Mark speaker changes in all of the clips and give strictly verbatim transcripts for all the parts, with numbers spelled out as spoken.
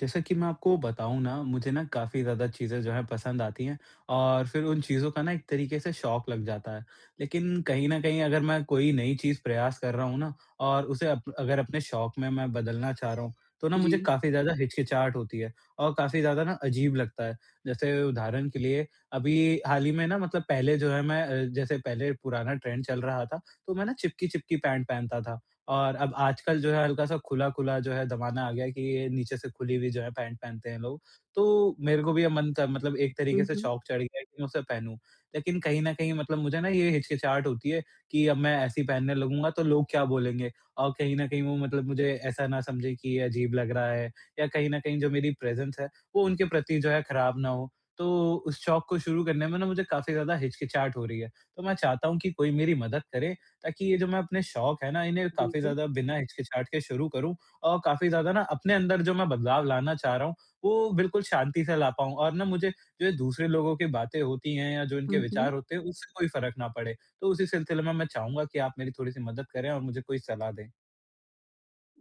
Speaker 1: जैसा कि मैं आपको बताऊँ ना, मुझे ना काफ़ी ज़्यादा चीज़ें जो हैं पसंद आती हैं और फिर उन चीज़ों का ना एक तरीके से शौक लग जाता है। लेकिन कहीं न कहीं अगर मैं कोई नई चीज़ प्रयास कर रहा हूँ ना और उसे अप अगर अपने शौक में मैं बदलना चाह रहा हूँ, तो ना मुझे
Speaker 2: जी।
Speaker 1: काफ़ी ज़्यादा हिचकिचाहट होती है और काफ़ी ज़्यादा ना अजीब लगता है। जैसे उदाहरण के लिए अभी हाल ही में ना मतलब पहले जो है मैं अ, जैसे पहले पुराना ट्रेंड चल रहा था, तो मैं ना चिपकी-चिपकी पैंट पहनता था। और अब आजकल जो है हल्का-सा खुला-खुला जो है ज़माना आ गया है कि ये नीचे से खुली हुई जो है पैंट पहनते हैं लोग। तो मेरे को भी अब मन था मतलब एक
Speaker 2: हुँ,
Speaker 1: तरीके से
Speaker 2: हुँ।
Speaker 1: शौक चढ़ गया है कि मैं उसे पहनूँ। लेकिन कहीं न कहीं मतलब मुझे ना ये हिचकिचाहट होती है कि अब मैं ऐसे ही पहनने लगूँगा तो लोग क्या बोलेंगे? और कहीं न कहीं वो मतलब मुझे ऐसा ना समझे कि ये अजीब लग रहा है या कहीं न कहीं जो मेरी प्रेज़ेंस है वो उनके प्रति जो है खराब ना हो। तो उस शौक को शुरू करने में ना मुझे काफ़ी ज़्यादा हिचकिचाहट हो रही है। तो मैं चाहता हूँ कि कोई मेरी मदद करे ताकि ये जो मैं अपने शौक है ना, इन्हें काफ़ी
Speaker 2: बिल्कुल।
Speaker 1: ज़्यादा बिना हिचकिचाहट के शुरू करूँ और काफ़ी ज़्यादा ना अपने अंदर जो मैं बदलाव लाना चाह रहा हूँ, वो बिल्कुल शांति से ला पाऊँ और ना मुझे जो ये दूसरे लोगों की बातें होती हैं या जो इनके
Speaker 2: हुँ, हुँ।
Speaker 1: विचार होते हैं, उससे कोई फ़र्क ना पड़े। तो उसी सिलसिले में मैं चाहूँगा कि आप मेरी थोड़ी-सी मदद करें और मुझे कोई सलाह दें।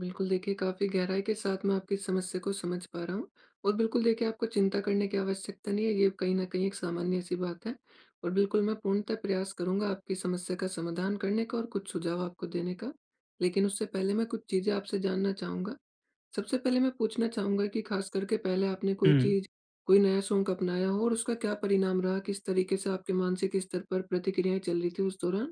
Speaker 2: बिल्कुल देखिए, काफ़ी गहराई के साथ मैं आपकी समस्या को समझ पा रहा हूँ और बिल्कुल देखिए, आपको चिंता करने की आवश्यकता नहीं है, ये कहीं न कहीं एक सामान्य-सी बात है और बिल्कुल मैं पूर्णतः प्रयास करूँगा आपकी समस्या का समाधान करने का और कुछ सुझाव आपको देने का। लेकिन उससे पहले मैं कुछ चीज़ें आपसे जानना चाहूँगा। सबसे पहले मैं पूछना चाहूँगा कि ख़ास करके पहले आपने कोई
Speaker 1: हुँ।
Speaker 2: चीज़, कोई नया शौक अपनाया हो और उसका क्या परिणाम रहा? किस तरीके से आपके मानसिक स्तर पर प्रतिक्रियाएँ चल रही थी उस दौरान?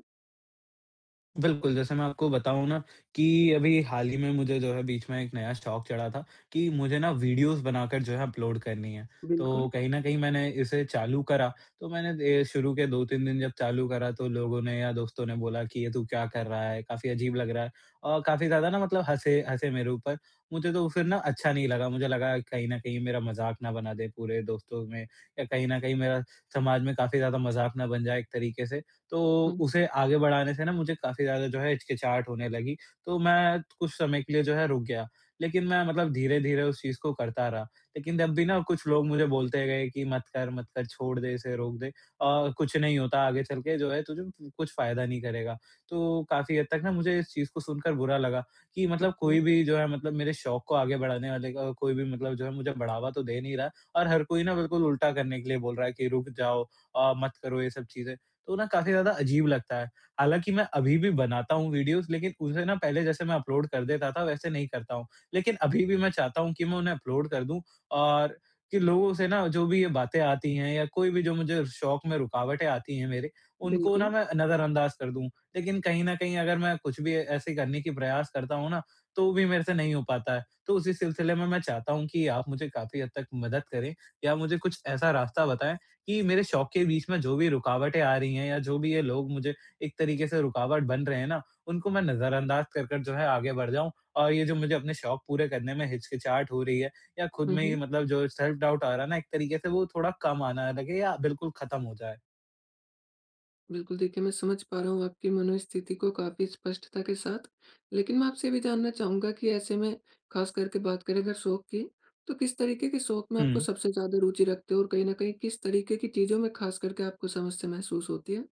Speaker 1: बिल्कुल, जैसे मैं आपको बताऊँ ना कि अभी हाल ही में मुझे जो है बीच में एक नया शौक चढ़ा था कि मुझे ना वीडियोज़ बनाकर जो है अपलोड करनी है।
Speaker 2: बिल्कुल।
Speaker 1: तो कहीं न कहीं मैंने इसे चालू करा, तो मैंने ए शुरू के दो तीन दिन जब चालू करा तो लोगों ने या दोस्तों ने बोला कि, "ये तू क्या कर रहा है? काफ़ी अजीब लग रहा है।" और काफ़ी ज़्यादा ना मतलब हँसे हँसे मेरे ऊपर। मुझे तो फिर ना अच्छा नहीं लगा, मुझे लगा कहीं न कहीं मेरा मज़ाक ना बना दें पूरे दोस्तों में या कहीं न कहीं मेरा समाज में काफ़ी ज़्यादा मज़ाक ना बन जाए एक तरीके से। तो
Speaker 2: हुँ,
Speaker 1: उसे
Speaker 2: हुँ।
Speaker 1: आगे बढ़ाने से ना मुझे काफ़ी ज़्यादा जो है हिचकिचाहट होने लगी, तो मैं कुछ समय के लिए जो है रुक गया। लेकिन मैं मतलब धीरे-धीरे उस चीज़ को करता रहा, लेकिन तब भी ना कुछ लोग मुझे बोलते गए कि मत कर, मत कर, छोड़ दे इसे, रोक दे अ, कुछ नहीं होता आगे चल के जो है तुझे कुछ फ़ायदा नहीं करेगा। तो काफ़ी हद तक ना मुझे इस चीज़ को सुनकर बुरा लगा कि मतलब
Speaker 2: अच्छा।
Speaker 1: कोई भी जो है मतलब मेरे शौक को आगे बढ़ाने वाले का कोई भी मतलब जो है मुझे बढ़ावा तो दे नहीं रहा और हर कोई ना बिल्कुल उल्टा करने के लिए बोल रहा है कि रुक जाओ अ, मत करो ये सब चीज़ें। तो ना काफ़ी ज़्यादा अजीब लगता है। हालाँकि मैं अभी भी बनाता हूँ वीडियोज़ लेकिन उसे ना पहले जैसे मैं अपलोड कर देता था वैसे नहीं करता हूँ। लेकिन अभी भी मैं चाहता हूँ कि मैं उन्हें अपलोड कर दूँ और कि लोगों से ना जो भी ये बातें आती हैं या कोई भी जो मुझे शौक में रुकावटें आती हैं मेरे, उनको
Speaker 2: बिल्कुल।
Speaker 1: ना मैं नज़रअंदाज कर दूँ। लेकिन कहीं न कहीं अगर मैं कुछ भी ऐसे करने की प्रयास करता हूँ ना, तो भी मेरे से नहीं हो पाता है। तो उसी सिलसिले में मैं चाहता हूँ कि आप मुझे काफ़ी हद तक मदद करें या मुझे कुछ ऐसा रास्ता बताएँ कि मेरे शौक के बीच में जो भी रुकावटें आ रही हैं या जो भी ये लोग मुझे एक तरीके से रुकावट बन रहे हैं ना, उनको मैं नज़रअंदाज़ कर कर जो है आगे बढ़ जाऊँ। और ये जो मुझे अपने शौक पूरे करने में हिचकिचाहट हो रही है या खुद
Speaker 2: हुँ,
Speaker 1: में ही
Speaker 2: हुँ।
Speaker 1: मतलब जो सेल्फ डाउट आ रहा है ना एक तरीके से वो थोड़ा कम आना लगे या बिल्कुल खत्म हो जाए।
Speaker 2: बिल्कुल, देखिए मैं समझ पा रहा हूँ आपकी मनोस्थिति को काफ़ी स्पष्टता के साथ। लेकिन मैं आपसे ये भी जानना चाहूँगा कि ऐसे में ख़ास करके बात करें अगर शौक की, तो किस तरीके के शौक में आपको
Speaker 1: हुँ।
Speaker 2: सबसे ज़्यादा रुचि रखते हो? और कहीं न कहीं किस तरीके की चीज़ों में ख़ास करके आपको समस्या महसूस होती है?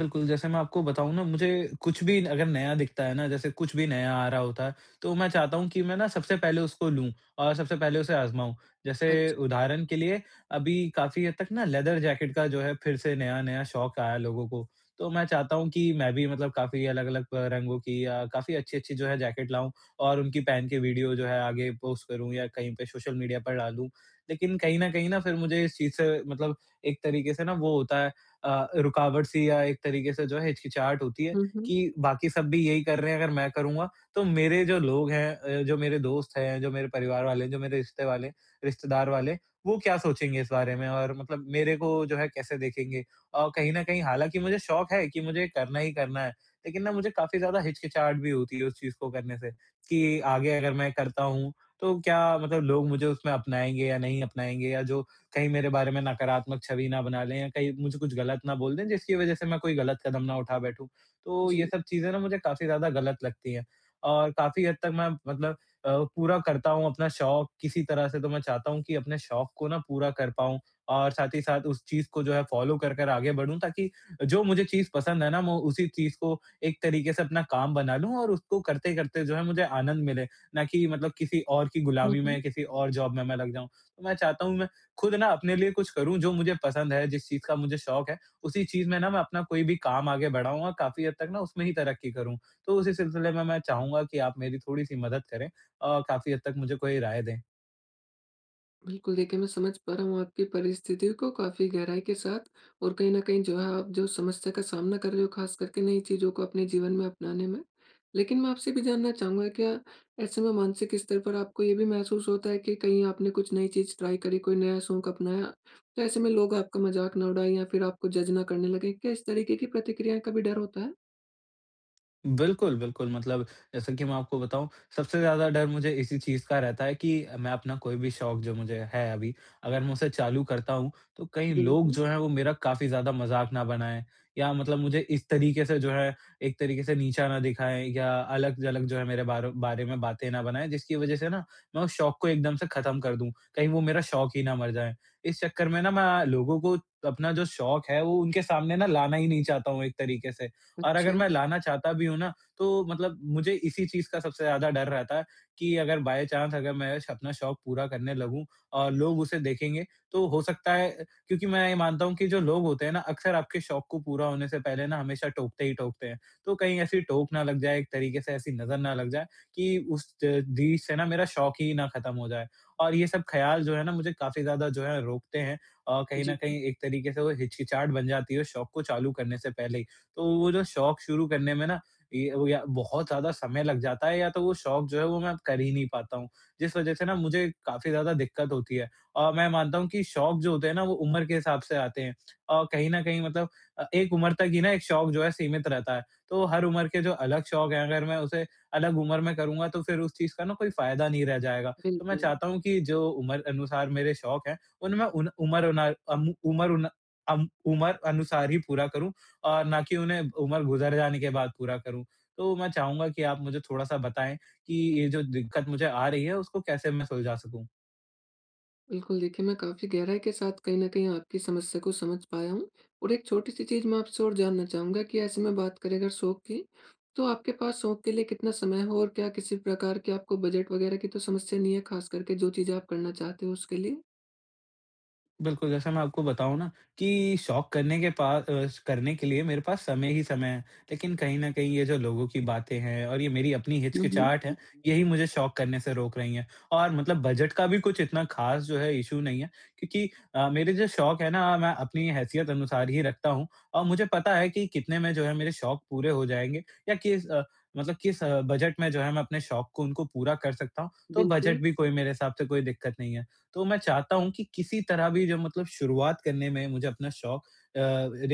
Speaker 1: बिल्कुल, जैसे मैं आपको बताऊँ ना मुझे कुछ भी अगर नया दिखता है ना, जैसे कुछ भी नया आ रहा होता है, तो मैं चाहता हूँ कि मैं ना सबसे पहले उसको लूँ और सबसे पहले उसे आज़माऊँ। जैसे
Speaker 2: अच्छा।
Speaker 1: उदाहरण के लिए अभी काफ़ी हद तक ना लेदर जैकेट का जो है फिर से नया-नया शौक आया लोगों को। तो मैं चाहता हूँ कि मैं भी मतलब काफ़ी अलग-अलग रंगों की या काफ़ी अच्छी-अच्छी जो है जैकेट लाऊँ और उनकी पहन के वीडियो जो है आगे पोस्ट करूँ या कहीं पे सोशल मीडिया पर डालूँ। लेकिन कहीं न कहीं ना फिर मुझे इस चीज़ से मतलब एक तरीके से ना वो होता है अ, रुकावट सी या एक तरीके से जो है हिचकिचाहट होती है
Speaker 2: हुँ, हुँ।
Speaker 1: कि बाकी सब भी यही कर रहे हैं, अगर मैं करूँगा तो मेरे जो लोग हैं अ, जो मेरे दोस्त हैं, जो मेरे परिवार वाले हैं, जो मेरे रिश्ते वाले रिश्तेदार वाले, वो क्या सोचेंगे इस बारे में और मतलब मेरे को जो है कैसे देखेंगे? और कहीं न कहीं हालाँकि मुझे शौक है कि मुझे करना ही करना है, लेकिन ना मुझे काफ़ी ज़्यादा हिचकिचाहट भी होती है उस चीज़ को करने से कि आगे अगर मैं करता हूँ, तो क्या मतलब लोग मुझे उसमें अपनाएँगे या नहीं अपनाएँगे या जो कहीं मेरे बारे में नकारात्मक छवि ना बना लें या कहीं मुझे कुछ गलत ना बोल दें जिसकी वज़ह से मैं कोई गलत कदम ना उठा बैठूँ। तो ये
Speaker 2: जी।
Speaker 1: सब चीज़ें ना मुझे काफ़ी ज़्यादा गलत लगती हैं और काफ़ी हद तक मैं मतलब अ, पूरा करता हूँ अपना शौक किसी तरह से तो मैं चाहता हूँ कि अपने शौक को ना पूरा कर पाऊँ और साथ ही साथ उस चीज़ को जो है फ़ॉलो कर कर आगे बढ़ूँ ताकि जो मुझे चीज़ पसंद है ना मैं उसी चीज़ को एक तरीके से अपना काम बना लूँ और उसको करते-करते जो है मुझे आनंद मिले, ना कि मतलब किसी और की
Speaker 2: हुँ,
Speaker 1: गुलामी
Speaker 2: हुँ। हुँ।
Speaker 1: में, किसी और जॉब में मैं लग जाऊँ। तो मैं चाहता हूँ खुद ना अपने लिए कुछ करूँ जो मुझे पसंद है, जिस चीज़ का मुझे शौक है, उसी चीज़ में ना मैं अपना कोई भी काम आगे बढ़ाऊँ और काफ़ी हद तक ना उसमें ही तरक्की करूँ। तो उसी सिलसिले में मैं चाहूँगा कि आप मेरी थोड़ी-सी मदद करें और काफ़ी हद तक मुझे कोई राय दें।
Speaker 2: बिल्कुल, देखिए मैं समझ पा रहा हूँ आपकी परिस्थितियों को काफ़ी गहराई के साथ और कहीं न कहीं जो है आप जो समस्या का सामना कर रहे हो ख़ास करके नई चीज़ों को अपने जीवन में अपनाने में। लेकिन मैं आपसे भी जानना चाहूँगा, क्या ऐसे में मानसिक स्तर पर आपको ये भी महसूस होता है कि कहीं आपने कुछ नई चीज़ ट्राई करी, कोई नया शौक अपनाया, तो ऐसे में लोग आपका मज़ाक ना उड़ाएँ या फिर आपको जज ना करने लगें? क्या इस तरीके की प्रतिक्रिया का भी डर होता है?
Speaker 1: बिल्कुल, बिल्कुल। मतलब जैसा कि मैं आपको बताऊँ, सबसे ज़्यादा डर मुझे इसी चीज़ का रहता है कि मैं अपना कोई भी शौक जो मुझे है अभी, अगर मैं उसे चालू करता हूँ, तो कहीं लोग
Speaker 2: बिल्कुल।
Speaker 1: जो हैं वो मेरा काफ़ी ज़्यादा मज़ाक ना बनाएँ या मतलब मुझे इस तरीके से जो है, एक तरीके से नीचा ना दिखाएँ या अलग-अलग जो है मेरे बारे बारे में बातें ना बनाएँ, जिसकी वज़ह से ना मैं उस शौक को एकदम से ख़त्म कर दूँ। कहीं वो मेरा शौक ही ना मर जाए। इस चक्कर में ना मैं लोगों को अपना जो शौक है वो उनके सामने ना लाना ही नहीं चाहता हूँ एक तरीके से। और
Speaker 2: अच्छा।
Speaker 1: अगर मैं लाना चाहता भी हूँ ना, तो मतलब मुझे इसी चीज़ का सबसे ज़्यादा डर रहता है कि अगर बाय चांस अगर मैं श अपना शौक पूरा करने लगूँ और लोग उसे देखेंगे, तो हो सकता है क्योंकि मैं ये मानता हूँ कि जो लोग होते हैं ना, अक्सर आपके शौक को पूरा होने से पहले ना हमेशा टोकते ही टोकते हैं। तो कहीं ऐसी टोक ना लग जाए, एक तरीके से ऐसी नज़र ना लग जाए कि उस च चीज़ से ना मेरा शौक ही ना खत्म हो जाए। और ये सब ख़्याल जो है ना मुझे काफ़ी ज़्यादा जो है रोकते हैं और कहीं न
Speaker 2: जी,
Speaker 1: कहीं एक तरीके से वो हिचकिचाहट बन जाती है शौक को चालू करने से पहले ही। तो वो जो शौक शुरू करने में ना ये वो या बहुत ज़्यादा समय लग जाता है या तो वो शौक जो है वो मैं कर ही नहीं पाता हूँ, जिस वज़ह से ना मुझे काफ़ी ज़्यादा दिक्कत होती है। और मैं मानता हूँ कि शौक जो होते हैं ना वो उम्र के हिसाब से आते हैं और कहीं न कहीं मतलब अ, एक उम्र तक ही ना एक शौक जो है सीमित रहता है। तो हर उम्र के जो अलग शौक हैं अगर मैं उसे अलग उम्र में करूँगा तो फिर उस चीज़ का ना कोई फ़ायदा नहीं रह जाएगा। तो मैं
Speaker 2: बिल्कुल।
Speaker 1: चाहता हूँ कि जो उम्र अनुसार मेरे शौक हैं, उनमें उन उम्र उना अम उम्र उन अम उम्र अनुसार ही पूरा करूँ और ना कि उन्हें उम्र गुज़र जाने के बाद पूरा करूँ। तो मैं चाहूँगा कि आप मुझे थोड़ा-सा बताएँ कि ये जो दिक्कत मुझे आ रही है उसको कैसे मैं सुलझा सकूँ?
Speaker 2: बिल्कुल, देखिए मैं काफ़ी गहराई के साथ कहीं न कहीं आपकी समस्या को समझ पाया हूँ और एक छोटी-सी चीज़ मैं आपसे और जानना चाहूँगा कि ऐसे में बात करें अगर शौक की, तो आपके पास शौक के लिए कितना समय हो और क्या किसी प्रकार की आपको बजट वग़ैरह की तो समस्या नहीं है, ख़ास करके जो चीज़ें आप करना चाहते हो उसके लिए?
Speaker 1: बिल्कुल, जैसे मैं आपको बताऊँ ना कि शौक करने के पा अ, करने के लिए मेरे पास समय ही समय है। लेकिन कहीं न कहीं ये जो लोगों की बातें हैं और ये मेरी अपनी
Speaker 2: हुँ,
Speaker 1: हिचकिचाहट
Speaker 2: हुँ।
Speaker 1: है, यही मुझे शौक करने से रोक रही हैं। और मतलब बजट का भी कुछ इतना ख़ास जो है इश्यू नहीं है क्योंकि अ, मेरे जो शौक है ना मैं अपनी हैसियत अनुसार ही रखता हूँ और मुझे पता है कि कितने में जो है मेरे शौक पूरे हो जाएँगे या किस अ, मतलब किस अ, बजट में जो है मैं अपने शौक को उनको पूरा कर सकता हूँ।
Speaker 2: हुँ,
Speaker 1: तो
Speaker 2: बिल्कुल।
Speaker 1: बजट भी कोई मेरे हिसाब से कोई दिक्कत नहीं है। तो मैं चाहता हूँ कि किसी तरह भी जो मतलब शुरुआत करने में मुझे अपना शौक अ,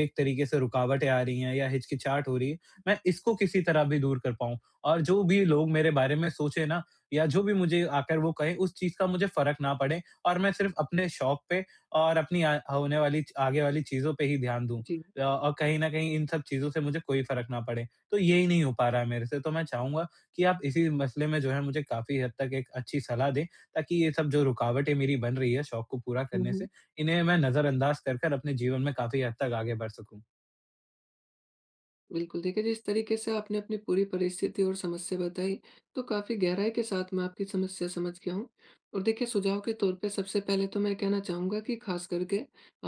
Speaker 1: एक तरीके से रुकावटें आ रही हैं या हिचकिचाहट हो रही है, मैं इसको किसी तरह भी दूर कर पाऊँ। और जो भी लोग मेरे बारे में सोचें ना या जो भी मुझे आकर वो कहें, उस चीज़ का मुझे फ़र्क ना पड़े और मैं सिर्फ़ अपने शौक पे और अपनी आ होने वाली आगे वाली चीज़ों पे ही ध्यान दूँ।
Speaker 2: जी।
Speaker 1: अ, और कहीं न कहीं इन सब चीज़ों से मुझे कोई फ़र्क ना पड़े। तो यही नहीं हो पा रहा है मेरे से, तो मैं चाहूँगा कि आप इसी मसले में जो है मुझे काफ़ी हद तक एक अच्छी सलाह दें ताकि ये सब जो रुकावटें मेरी बन रही है शौक को पूरा करने से, इन्हें मैं नज़रअंदाज़ कर कर अपने जीवन में काफ़ी हद तक आगे बढ़ सकूँ।
Speaker 2: बिल्कुल, देखिए जिस तरीके से आपने अपनी पूरी परिस्थिति और समस्या बताई, तो काफ़ी गहराई के साथ मैं आपकी समस्या समझ गया हूँ। और देखिए सुझाव के तौर पे सबसे पहले तो मैं कहना चाहूँगा कि ख़ास करके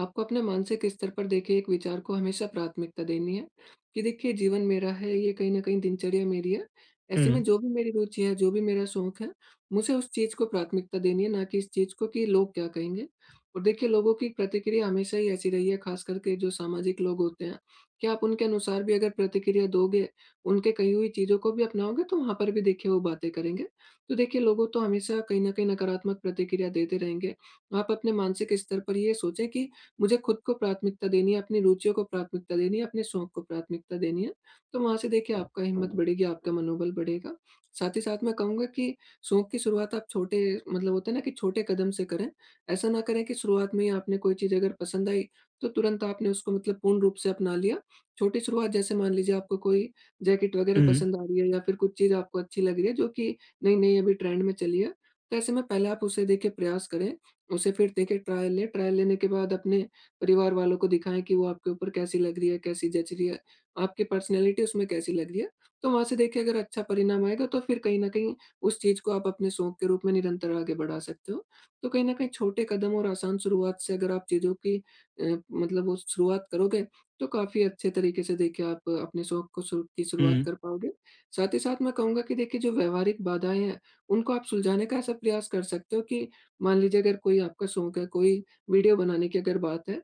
Speaker 2: आपको अपने मानसिक स्तर पर देखिए एक विचार को हमेशा प्राथमिकता देनी है, कि देखिए जीवन मेरा है, ये कहीं न कहीं दिनचर्या मेरी है। ऐसे में
Speaker 1: हुँ,
Speaker 2: जो भी मेरी रुचि है, जो भी मेरा शौक है, मुझे उस चीज़ को प्राथमिकता देनी है, ना कि इस चीज़ को कि लोग क्या कहेंगे। और देखिए लोगों की प्रतिक्रिया हमेशा ही ऐसी रही है, ख़ास करके जो सामाजिक लोग होते हैं, क्या आप उनके अनुसार भी अगर प्रतिक्रिया दोगे, उनके कही हुई चीज़ों को भी अपनाओगे तो वहाँ पर भी देखिए वो बातें करेंगे। तो देखिए लोगों तो हमेशा कहीं न कहीं नकारात्मक प्रतिक्रिया देते रहेंगे। आप अपने मानसिक स्तर पर ये सोचें कि मुझे खुद को प्राथमिकता देनी है, अपनी रुचियों को प्राथमिकता देनी है, अपने शौक को प्राथमिकता देनी है। तो वहाँ से देखिए आपका हिम्मत बढ़ेगी, आपका मनोबल बढ़ेगा। साथ ही साथ मैं कहूँगा कि शौक की शुरुआत आप छोटे, मतलब होता है ना कि छोटे कदम से करें। ऐसा ना करें कि शुरुआत में ही आपने कोई चीज़ अगर पसंद आई, तो तुरंत आपने उसको मतलब पूर्ण रूप से अपना लिया। छोटी शुरुआत जैसे मान लीजिए आपको कोई जैकेट वगैरह
Speaker 1: हुँ,
Speaker 2: पसंद आ रही है या फिर कुछ चीज़ आपको अच्छी लग रही है जो कि नई-नई अभी ट्रेंड में चली है। तो ऐसे में पहले आप उसे देखिए प्रयास करें, उसे फिर देखिए ट्रायल लें, ट्रायल लेने के बाद अपने परिवार वालों को दिखाएँ कि वो आपके ऊपर कैसी लग रही है, कैसी जच रही है, आपकी पर्सनैलिटी उसमें कैसी लग रही है। तो वहाँ से देखिए अगर अच्छा परिणाम आएगा तो फिर कहीं न कहीं उस चीज़ को आप अपने शौक के रूप में निरंतर आगे बढ़ा सकते हो। तो कहीं न कहीं छोटे कदम और आसान शुरुआत से अगर आप चीज़ों की अ, मतलब वो शुरुआत करोगे तो काफ़ी अच्छे तरीके से देखिए आप अपने शौक को शुरू की शुरुआत
Speaker 1: हुँ,
Speaker 2: कर पाओगे। साथ ही साथ मैं कहूँगा कि देखिए जो व्यावहारिक बाधाएँ हैं, उनको आप सुलझाने का ऐसा प्रयास कर सकते हो कि मान लीजिए अगर कोई आपका शौक है, कोई वीडियो बनाने की अगर बात है,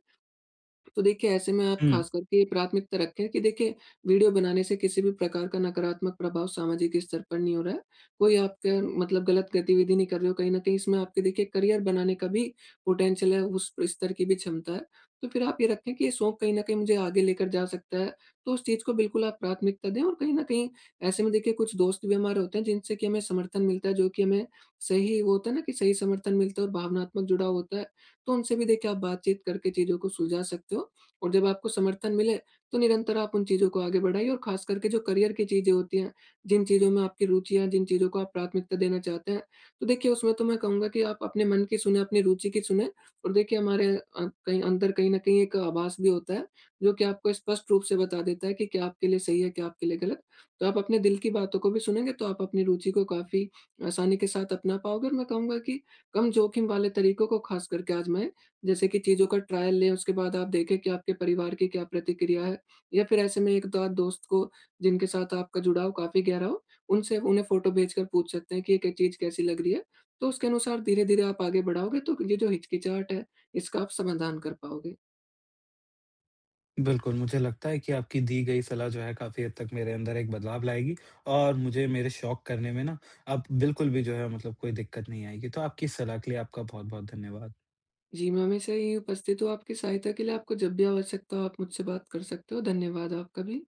Speaker 2: तो देखिए ऐसे में आप
Speaker 1: हुँ।
Speaker 2: खास करके ये प्राथमिकता रखें कि देखिए वीडियो बनाने से किसी भी प्रकार का नकारात्मक प्रभाव सामाजिक स्तर पर नहीं हो रहा है। कोई आपका मतलब गलत गतिविधि नहीं कर रहे हो, कहीं न कहीं इसमें आपके देखिए करियर बनाने का भी पोटेंशियल है, उस स्तर की भी क्षमता है। तो फिर आप ये रखें कि ये शौक कहीं न कहीं मुझे आगे लेकर जा सकता है, तो उस चीज़ को बिल्कुल आप प्राथमिकता दें और कहीं न कहीं ऐसे में देखिए कुछ दोस्त भी हमारे होते हैं जिनसे कि हमें समर्थन मिलता है, जो कि हमें सही, वो होता है ना कि सही समर्थन मिलता है और भावनात्मक जुड़ाव होता है। तो उनसे भी देखिए आप बातचीत करके चीज़ों को सुलझा सकते हो और जब आपको समर्थन मिले, तो निरंतर आप उन चीज़ों को आगे बढ़ाइए और ख़ास करके जो करियर की चीज़ें होती हैं, जिन चीज़ों में आपकी रुचि है, जिन चीज़ों को आप प्राथमिकता देना चाहते हैं, तो देखिए उसमें तो मैं कहूँगा कि आप अपने मन की सुने, अपनी रुचि की सुने और देखिए हमारे अ, कहीं अंदर कहीं न कहीं एक आभास भी होता है, जो कि आपको स्पष्ट रूप से बता देता है कि क्या आपके लिए सही है, क्या आपके लिए गलत। तो आप अपने दिल की बातों को भी सुनेंगे, तो आप अपनी रुचि को काफ़ी आसानी के साथ अपना पाओगे और मैं कहूँगा कि कम जोखिम वाले तरीकों को ख़ास करके आज़माएँ, जैसे कि चीज़ों का ट्रायल लें, उसके बाद आप देखें कि आपके परिवार की क्या प्रतिक्रिया है या फिर ऐसे में एक दो दोस्त को, जिनके साथ आपका जुड़ाव काफ़ी गहरा हो, उनसे उन्हें फ़ोटो भेजकर पूछ सकते हैं कि एक-एक चीज़ कैसी लग रही है। तो उसके अनुसार धीरे-धीरे आप आगे बढ़ाओगे तो ये जो हिचकिचाहट है, इसका आप समाधान कर पाओगे।
Speaker 1: बिल्कुल, मुझे लगता है कि आपकी दी गई सलाह जो है काफ़ी हद तक मेरे अंदर एक बदलाव लाएगी और मुझे मेरे शौक करने में ना अब बिल्कुल भी जो है मतलब कोई दिक्कत नहीं आएगी। तो आपकी इस सलाह के लिए आपका बहुत-बहुत धन्यवाद।
Speaker 2: जी, मैं हमेशा यहीं उपस्थित हूँ आपकी सहायता के लिए, आपको जब भी आवश्यकता हो आप मुझसे बात कर सकते हो। धन्यवाद आपका भी।